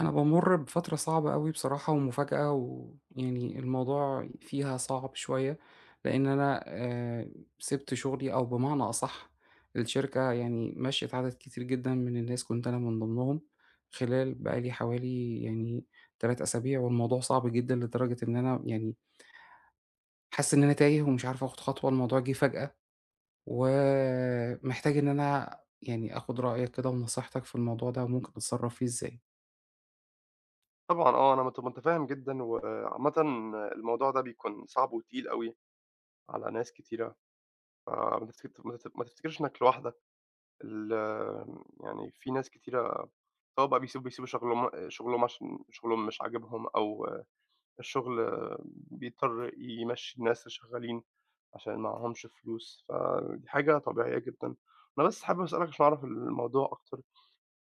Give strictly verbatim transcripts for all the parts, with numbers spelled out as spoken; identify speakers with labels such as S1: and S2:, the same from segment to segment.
S1: أنا بامُر بفترة صعبة أوي بصراحة ومفاجأة، ويعني الموضوع فيها صعب شوية، لإن أنا آآ سِبت شغلي، أو بمعنى أصح الشركة، يعني مشّيت عدد كتير جدًا من الناس، كنت أنا من ضمنهم، خلال بقى لي حوالي يعني تلاتة أسابيع. والموضوع صعب جدًا لدرجة إن أنا يعني حاسس إن أنا تايه ومش عارف آخُد خطوة، الموضوع جِه فجأة، ومحتاج إن أنا يعني آخُد رأيك كده ونصيحتك في الموضوع ده، وممكن أتصرّف فيه إزاي؟
S2: طبعًا آه، أنا مت متفهّم جدًا، وعامةً الموضوع ده بيكون صعب وتقيل أوي على ناس كتيرة، فما تفتك ما تف ما تفتكرش إنّك لوحدك، ال يعني في ناس كتيرة سواء بقى بيسيبوا بيسيبوا شغلهم شغلهم عشان شغلهم مش عاجبهم أو الشغل بيضطر يمشّي الناس اللي شغّالين عشان معاهمش فلوس، فدي حاجة طبيعية جدًا. أنا بس حابب أسألك عشان أعرف الموضوع أكتر.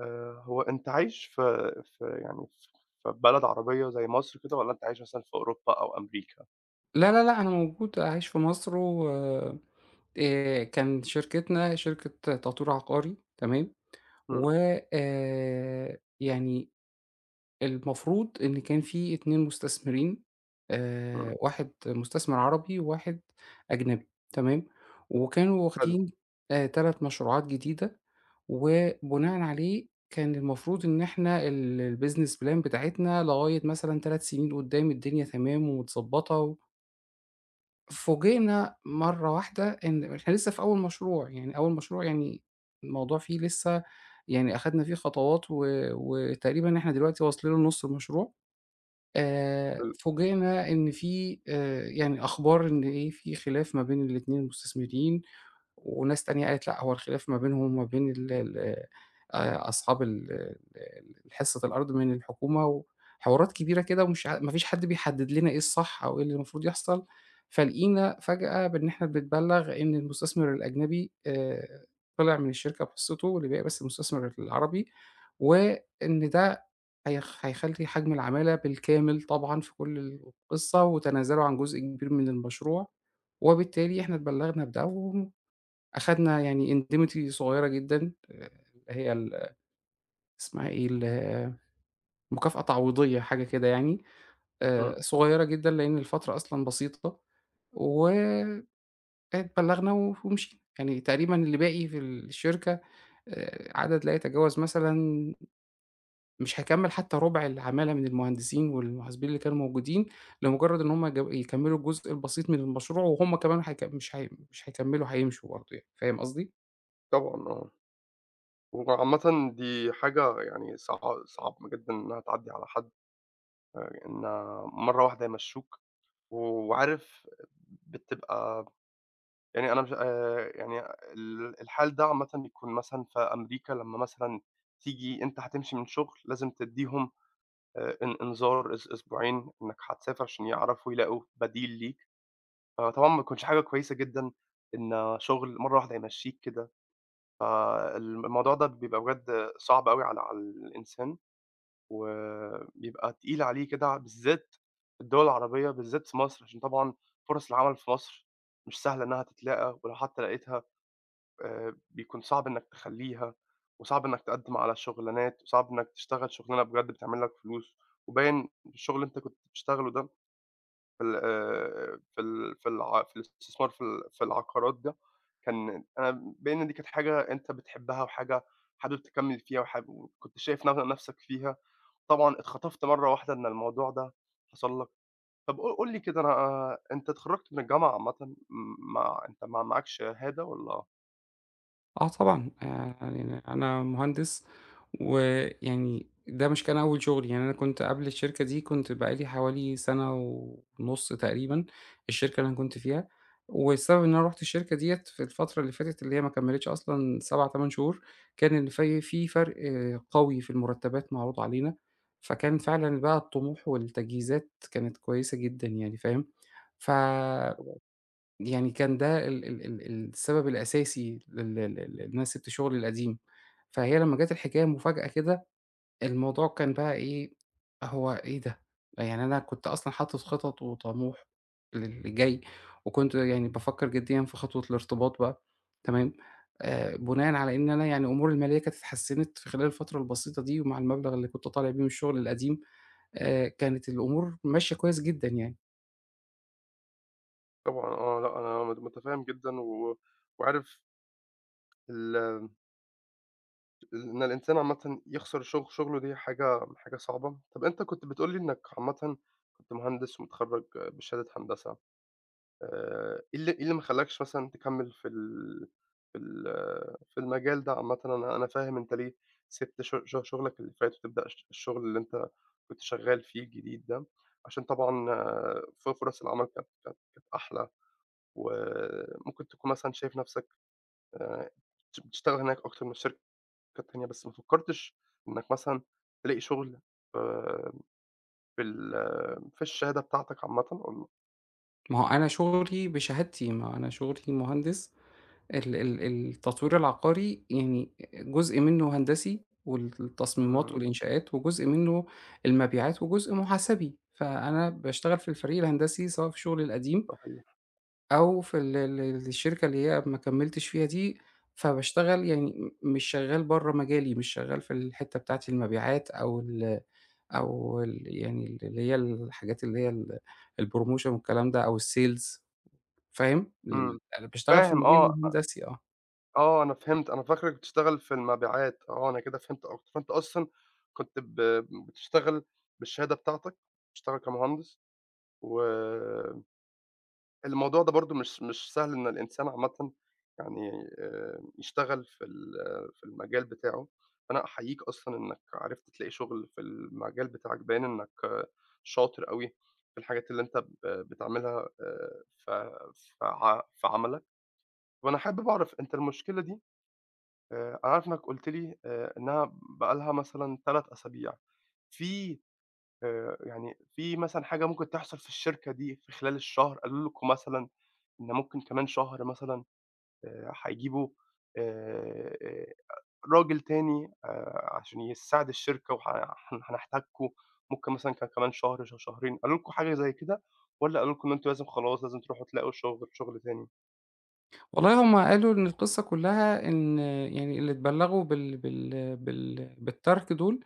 S2: آآ هو أنت عايش في في يعني ف في بلد عربية زي مصر كده والّا أنت عايش مثلًا في أوروبا أو أمريكا؟
S1: لا، لا، لأ، أنا موجود عايش في مصر، و آآ كان شركتنا شركة تطوير عقاري، تمام. و
S2: إمم،
S1: آآ يعني المفروض إن كان في اتنين مستثمرين،
S2: إمم،
S1: آآ واحد مستثمر عربي وواحد أجنبي، تمام، وكانوا
S2: حلو،
S1: واخدين آآ تلات مشروعات جديدة، وبناءً عليه كان المفروض إن إحنا ال الbusiness plan بتاعتنا لغاية مثلًا تلات سنين قدّام، الدنيا تمام ومتضبّطة. و فوجئنا مرّة واحدة إن إحنا لسه في أول مشروع، يعني أول مشروع، يعني الموضوع فيه لسه، يعني أخدنا فيه خطوات، و وتقريبًا إحنا دلوقتي واصلين لنُص المشروع. آآ
S2: حلو،
S1: فوجئنا إن في آآ يعني أخبار إن إيه، في خلاف ما بين الاتنين المستثمرين، وناس تانية قالت لأ، هو الخلاف ما بينهم وما بين ال ال آآ أصحاب ال ال ال- حصة الأرض من الحكومة، وحوارات كبيرة كده، ومش ع ما فيش حد بيحدد لنا إيه الصح أو إيه اللي المفروض يحصل. فلقينا فجأة بإن إحنا بنتبلّغ إن المستثمر الأجنبي آآ طلع من الشركة بحصته، واللي باقي بس المستثمر العربي، وإن ده هيخ هيخلّي حجم العمالة بالكامل، طبعًا في كل القصة، وتنازلوا عن جزء كبير من المشروع، وبالتالي إحنا اتبلّغنا بده، و أخدنا يعني indemnity صغيّرة جدًا. آآ هي ال اسمها إيه، ال مكافأة تعويضية، حاجة كده يعني،
S2: إمم،
S1: آآ صغيّرة جدًا، لإن الفترة أصلًا بسيطة، واتبلّغنا و ومشينا. يعني تقريبًا اللي باقي في الشركة آآ عدد لا يتجاوز، مثلًا، مش هيكمّل حتى ربع العمالة من المهندسين والمحاسبين اللي كانوا موجودين، لمجرد إن هُم جو يكمّلوا الجزء البسيط من المشروع، وهُم كمان هيك مش هي مش هيكمّلوا، هيمشوا برضه يعني، فاهم قصدي؟
S2: طبعًا آه. وعامةً دي حاجة يعني صع صعب جدًا إنها تعدّي على حد، آآ إن مرّة واحدة يمشّوك وعارف بتبقى، يعني أنا مش آآ يعني ال الحال ده عامةً بيكون مثلًا في أمريكا لمّا مثلًا تيجي أنت هتمشي من شغل لازم تدّيهم آآ إن إنذار أس أسبوعين إنك هتسافر عشان يعرفوا يلاقوا بديل ليك، فطبعًا ما تكونش حاجة كويسة جدًا إن شغل مرّة واحدة يمشّيك كده، فالم الموضوع ده بيبقى بجد صعب أوي على على الإنسان، وبيبقى تقيل عليه كده، ع بالذات في الدول العربية، بالذات في مصر، عشان طبعًا فرص العمل في مصر مش سهلة إنها تتلاقى، ولو حتى لقيتها آآ بيكون صعب إنّك تخلّيها، وصعب إنّك تقدّم على شُغلانات، وصعب إنّك تشتغل شُغلانة بجد بتعمل لك فلوس، وباين الشغل اللي أنت كنت بتشتغله ده في ال آآ في ال في الع في الاستثمار في ال في العقارات ده، كان أنا باين إن دي كانت حاجة أنت بتحبها وحاجة حابب تكمّل فيها وحاب وكنت شايف ن نَفْسك فيها، طبعًا اتخطفت مرّة واحدة إن الموضوع ده حصل لك. طَب قُل قُل لي كده، أنا أنت اتخرّجت من الجامعة عامةً، م مع أنت ما معاكش شهادة والّا؟
S1: آه طبعًا، آآ يعني أنا مهندس، ويعني ده مش كان أول شغل، يعني أنا كنت قبل الشركة دي كنت بقى لي حوالي سَنة ونُص تقريبًا، الشركة اللي أنا كنت فيها، والسبب إن أنا رُحت الشركة ديّة في الفترة اللي فاتت، اللي هي ما كمّلتش أصلًا سبع، تمانية شهور، كان إن في في فرق آه، قوي في المرتبات معروض علينا، فكان فعلًا بقى الطموح والتجهيزات كانت كويسة جدًا يعني، فاهم؟ ف يعني كان ده ال ال ال السبب الأساسي لل لل لل إن أنا سِبت شغلي القديم. فهي لمّا جات الحكاية مفاجأة كده، الموضوع كان بقى إيه، هو إيه ده؟! يعني أنا كنت أصلًا حاطط خطط وطموح للي جاي، وكنت يعني بافكّر جديًا في خطوة الارتباط بقى، تمام. آآ بُناءً على إن أنا يعني أموري المالية كانت اتحسّنت في خلال الفترة البسيطة دي، ومع المبلغ اللي كنت طالع بيه من الشغل القديم، آآ كانت الأمور ماشية كويس جدًا يعني.
S2: طبعًا آه، لأ أنا مت متفهّم جدًا، و وعارف ال إن الإنسان عامةً يخسر شغل شغله دي حاجة حاجة صعبة. طَب أنت كنت بتقول لي إنك عامةً كنت مهندس متخرّج بشهادة هندسة، آآ إيه اللي إيه اللي ما خلّاكش مثلًا تكمّل في ال في ال في المجال ده عامةً؟ أنا أنا فاهم أنت ليه سِبت ش ش شغلك اللي فات وتبدأ الش الشغل اللي أنت كنت شغّال فيه الجديد ده، عشان طبعًا ف فرص العمل كانت كانت كانت أحلى، وممكن تكون مثلًا شايف نَفْسك آآ بت بتشتغل هناك أكتر من الشركة التانية، بس ما فكّرتش إنّك مثلًا تلاقي شُغل آآ بال في الشهادة بتاعتك عامةً، والّا؟
S1: ما هو أنا شغلي بشهادتي، ما أنا شغلي مهندس، ال ال التطوير العقاري يعني جزء منّه هندسي، وال التصميمات
S2: إمم،
S1: والإنشاءات، وجزء منّه المبيعات، وجزء محاسبي. فأنا باشتغل في الفريق الهندسي سواء في شغلي القديم،
S2: صحيح.
S1: أو في ال ال ال- الشركة اللي هي ما كمّلتش فيها دي، فباشتغل يعني م مش شغّال برّه مجالي، مش شغّال في الحتّة بتاعة المبيعات، أو ال أو ال يعني ال اللي هي الحاجات اللي هي ال الpromotion والكلام ده، أو الsales، فاهم؟ ال
S2: إمم،
S1: أنا باشتغل في
S2: فاهم
S1: المجال
S2: آه،
S1: الهندسي آه.
S2: آه أنا فهمت، أنا فاكرك بتشتغل في المبيعات، آه أنا كده فهمت أكتر، فأنت أصلًا كنت ب بتشتغل بالشهادة بتاعتك، بتشتغل كمهندس، و الموضوع ده برضه مش مش سهل إن الإنسان عامةً يعني آآ يشتغل في ال في المجال بتاعه، فأنا أحييك أصلًا إنك عرفت تلاقي شغل في المجال بتاعك، باين إنك آه، شاطر أوي في الحاجات اللي أنت ب بتعملها آآ ف ف ع في عملك، وأنا حابب أعرف أنت المشكلة دي، آآ أنا عارف إنك قُلت لي آآ إنها بقى لها مثلًا ثلاث أسابيع، في آآ يعني في مثلًا حاجة ممكن تحصل في الشركة دي في خلال الشهر، قالوا لكم مثلًا إن ممكن كمان شهر مثلًا، آآ هيجيبوا آآ راجل تاني آآ عشان يساعد الشركة، وه هن هنحتاجكم، ممكن مثلًا ك كمان شهر، ش شهرين، قالوا لكم حاجة زي كده، والّا قالوا لكم إن أنتم لازم خلاص لازم تروحوا تلاقوا شغل شغل تاني؟
S1: والله هم قالوا إن القصة كلّها إن يعني اللي اتبلّغوا بال بال بال بالترك دول،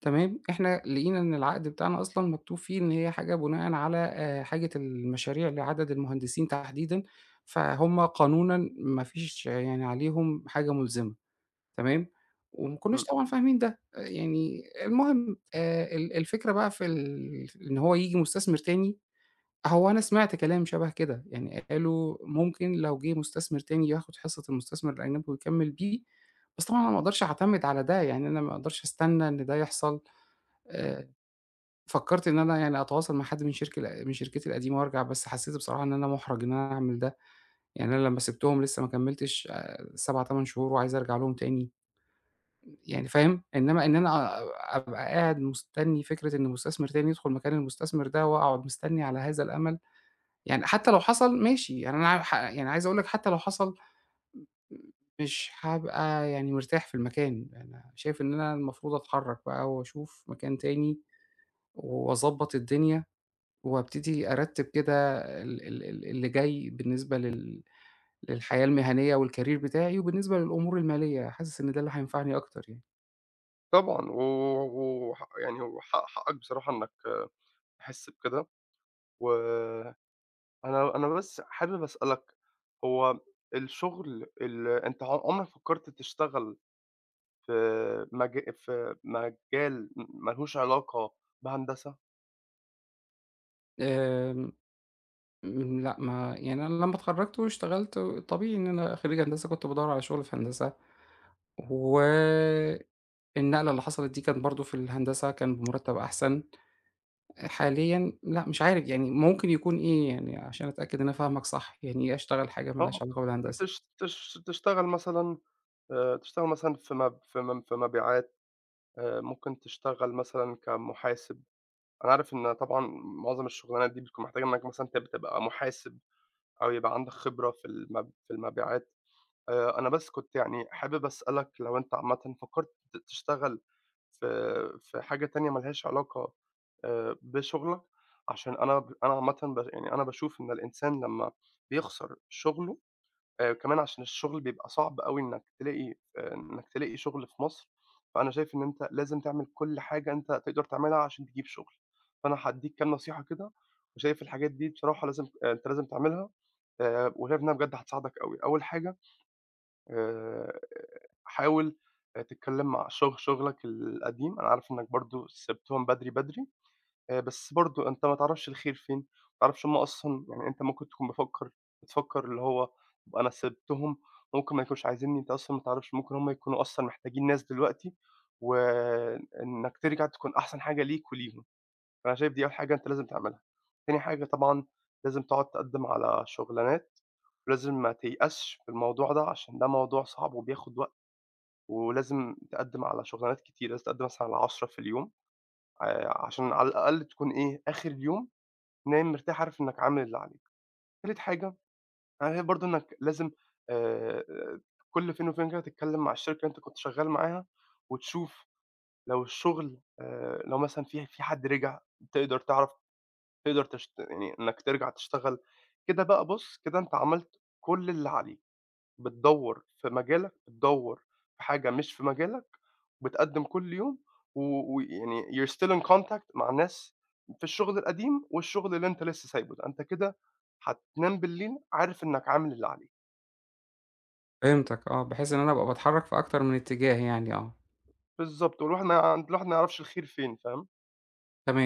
S1: تمام. إحنا لقينا إن العقد بتاعنا أصلًا مكتوب فيه إن هي حاجة بناءً على آآ حاجة المشاريع لعدد المهندسين تحديدًا، فهُم قانونًا ما فيش يعني عليهم حاجة ملزمة، تمام، وما كناش
S2: إمم.
S1: طبعًا فاهمين ده، آه، يعني المهم آآ ال الفكرة بقى في ال إن هو ييجي مستثمر تاني. هو أنا سمعت كلام شبه كده، يعني قالوا ممكن لو جِه مستثمر تاني ياخد حصة المستثمر الأجنبي ويكمّل بيه، بس طبعًا أنا ما اقدرش أعتمد على ده، يعني أنا ما اقدرش أستنى إن ده يحصل، آآ، فكّرت إن أنا يعني أتواصل مع حد من شركة ال من شركتي القديمة وارجع، بس حسّيت بصراحة إن أنا مُحرَج إن أنا أعمل ده، يعني أنا لمّا سِبتهم لسه ما كمّلتش آآ سبعة، تمانية شهور وعايز أرجع لهم تاني، يعني فاهم؟ إنّما إن أنا أبقى قاعد مستنّي فكرة إن مستثمر تاني يدخُل مكان المستثمر ده، واقعد مستنّي على هذا الأمل، يعني حتى لو حصل ماشي، يعني أنا ح يعني عايز أقول لك حتى لو حصل مش هابقى يعني مرتاح في المكان، أنا شايف إن أنا المفروض أتحرّك بقى وأشوف مكان تاني، وأضبّط الدنيا، وأبتدي أرتّب كده ال ال ال اللي جاي بالنسبة لل للحياة المهنية والcareer بتاعي، وبالنسبة للأمور المالية، حاسس إن ده اللي هينفعني أكتر يعني.
S2: طبعًا، و وح يعني وحق حقك بصراحة إنّك تحس بكده، وأنا أنا أنا بس حابب أسألك، هو الشغل، ال أنت ع عمرك فكّرت تشتغل في مج في مجال ما لهوش علاقة بهندسة؟
S1: آمم، م لأ، ما يعني أنا لمّا اتخرّجت واشتغلت طبيعي إن أنا خريج هندسة كنت بادوّر على شغل في هندسة، و النقلة اللي حصلت دي كانت برضه في الهندسة، كان بمرتب أحسن، حاليًا لأ، مش عارف، يعني ممكن يكون إيه يعني عشان أتأكد إن أنا فاهمك صح، يعني إيه أشتغل حاجة ما لهاش
S2: آه،
S1: علاقة بالهندسة؟
S2: تش تش تشتغل مثلًا، آآ، تشتغل مثلًا في مب في م في مبيعات، آآ، ممكن تشتغل مثلًا كمحاسب، أنا عارف إن طبعًا معظم الشغلانات دي بتكون محتاجة إنك مثلًا تب تبقى محاسب أو يبقى عندك خبرة في المب في المبيعات. آآ أنا بس كنت يعني حابب أسألك لو أنت عامةً فكّرت تشتغل في في حاجة تانية ما لهاش علاقة آآ بشُغلك؟ عشان أنا ب أنا عامةً، ب يعني أنا باشوف إن الإنسان لمّا بيخسر شُغله، آآ كمان عشان الشُغل بيبقى صعب أوي إنّك تلاقي آآ إنّك تلاقي شُغل في مصر، فأنا شايف إن أنت لازم تعمل كل حاجة أنت تقدر تعملها عشان تجيب شُغل. فأنا هادّيك كام نصيحة كده وشايف الحاجات دي بصراحة لازم، آه، أنت لازم تعملها، آآ وشايف إنّها بجد هتساعدك أوي. أول حاجة، آآ حاول تتكلّم مع شغ شغلك القديم، أنا عارف إنّك برضه سِبتهم بدري، بدري، آآ بس برضه أنت ما تعرفش الخير فين، ما تعرفش هم أصلًا، يعني أنت ممكن تكون مفكّر بتفكّر اللي هو، طَب أنا سِبتهم ممكن ما يكونوش عايزينّي، أنت أصلًا ما تعرفش ممكن هم يكونوا أصلًا محتاجين ناس دلوقتي، وإنّك ترجع تكون أحسن حاجة ليك وليهم. فأنا شايف دي أول حاجة أنت لازم تعملها. تاني حاجة طبعًا لازم تقعد تقدّم على شُغلانات، ولازم ما تيأسش من الموضوع ده عشان ده موضوع صعب وبياخد وقت، ولازم تقدّم على شُغلانات كتير، لازم تقدّم مثلًا على عشرة في اليوم، آآ عشان على الأقل تكون إيه، آخر اليوم نايم مرتاح عارف إنّك عامل اللي عليك. تالت حاجة، أنا شايف برضه إنّك لازم، آآ كل فين وفين كده تتكلّم مع الشركة اللي أنت كنت شغّال معاها وتشوف لو الشغل، آآ لو مثلًا في في حد رجع تقدر تعرف، تقدر تشت يعني إنك ترجع تشتغل. كده بقى بُص، كده أنت عملت كل اللي عليك، بتدوّر في مجالك، بتدوّر في حاجة مش في مجالك، بتقدّم كل يوم، و ويعني you're still in contact مع ناس في الشغل القديم والشغل اللي أنت لسه سايبه ده، أنت كده هتنام بالليل عارف إنك عامل اللي عليك.
S1: فهمتك آه، بحيث إن أنا أبقى باتحرك في أكتر من اتجاه يعني آه،
S2: بالضبط، والواحد ما الواحد ما يعرفش الخير فين، فاهم؟
S1: تمام.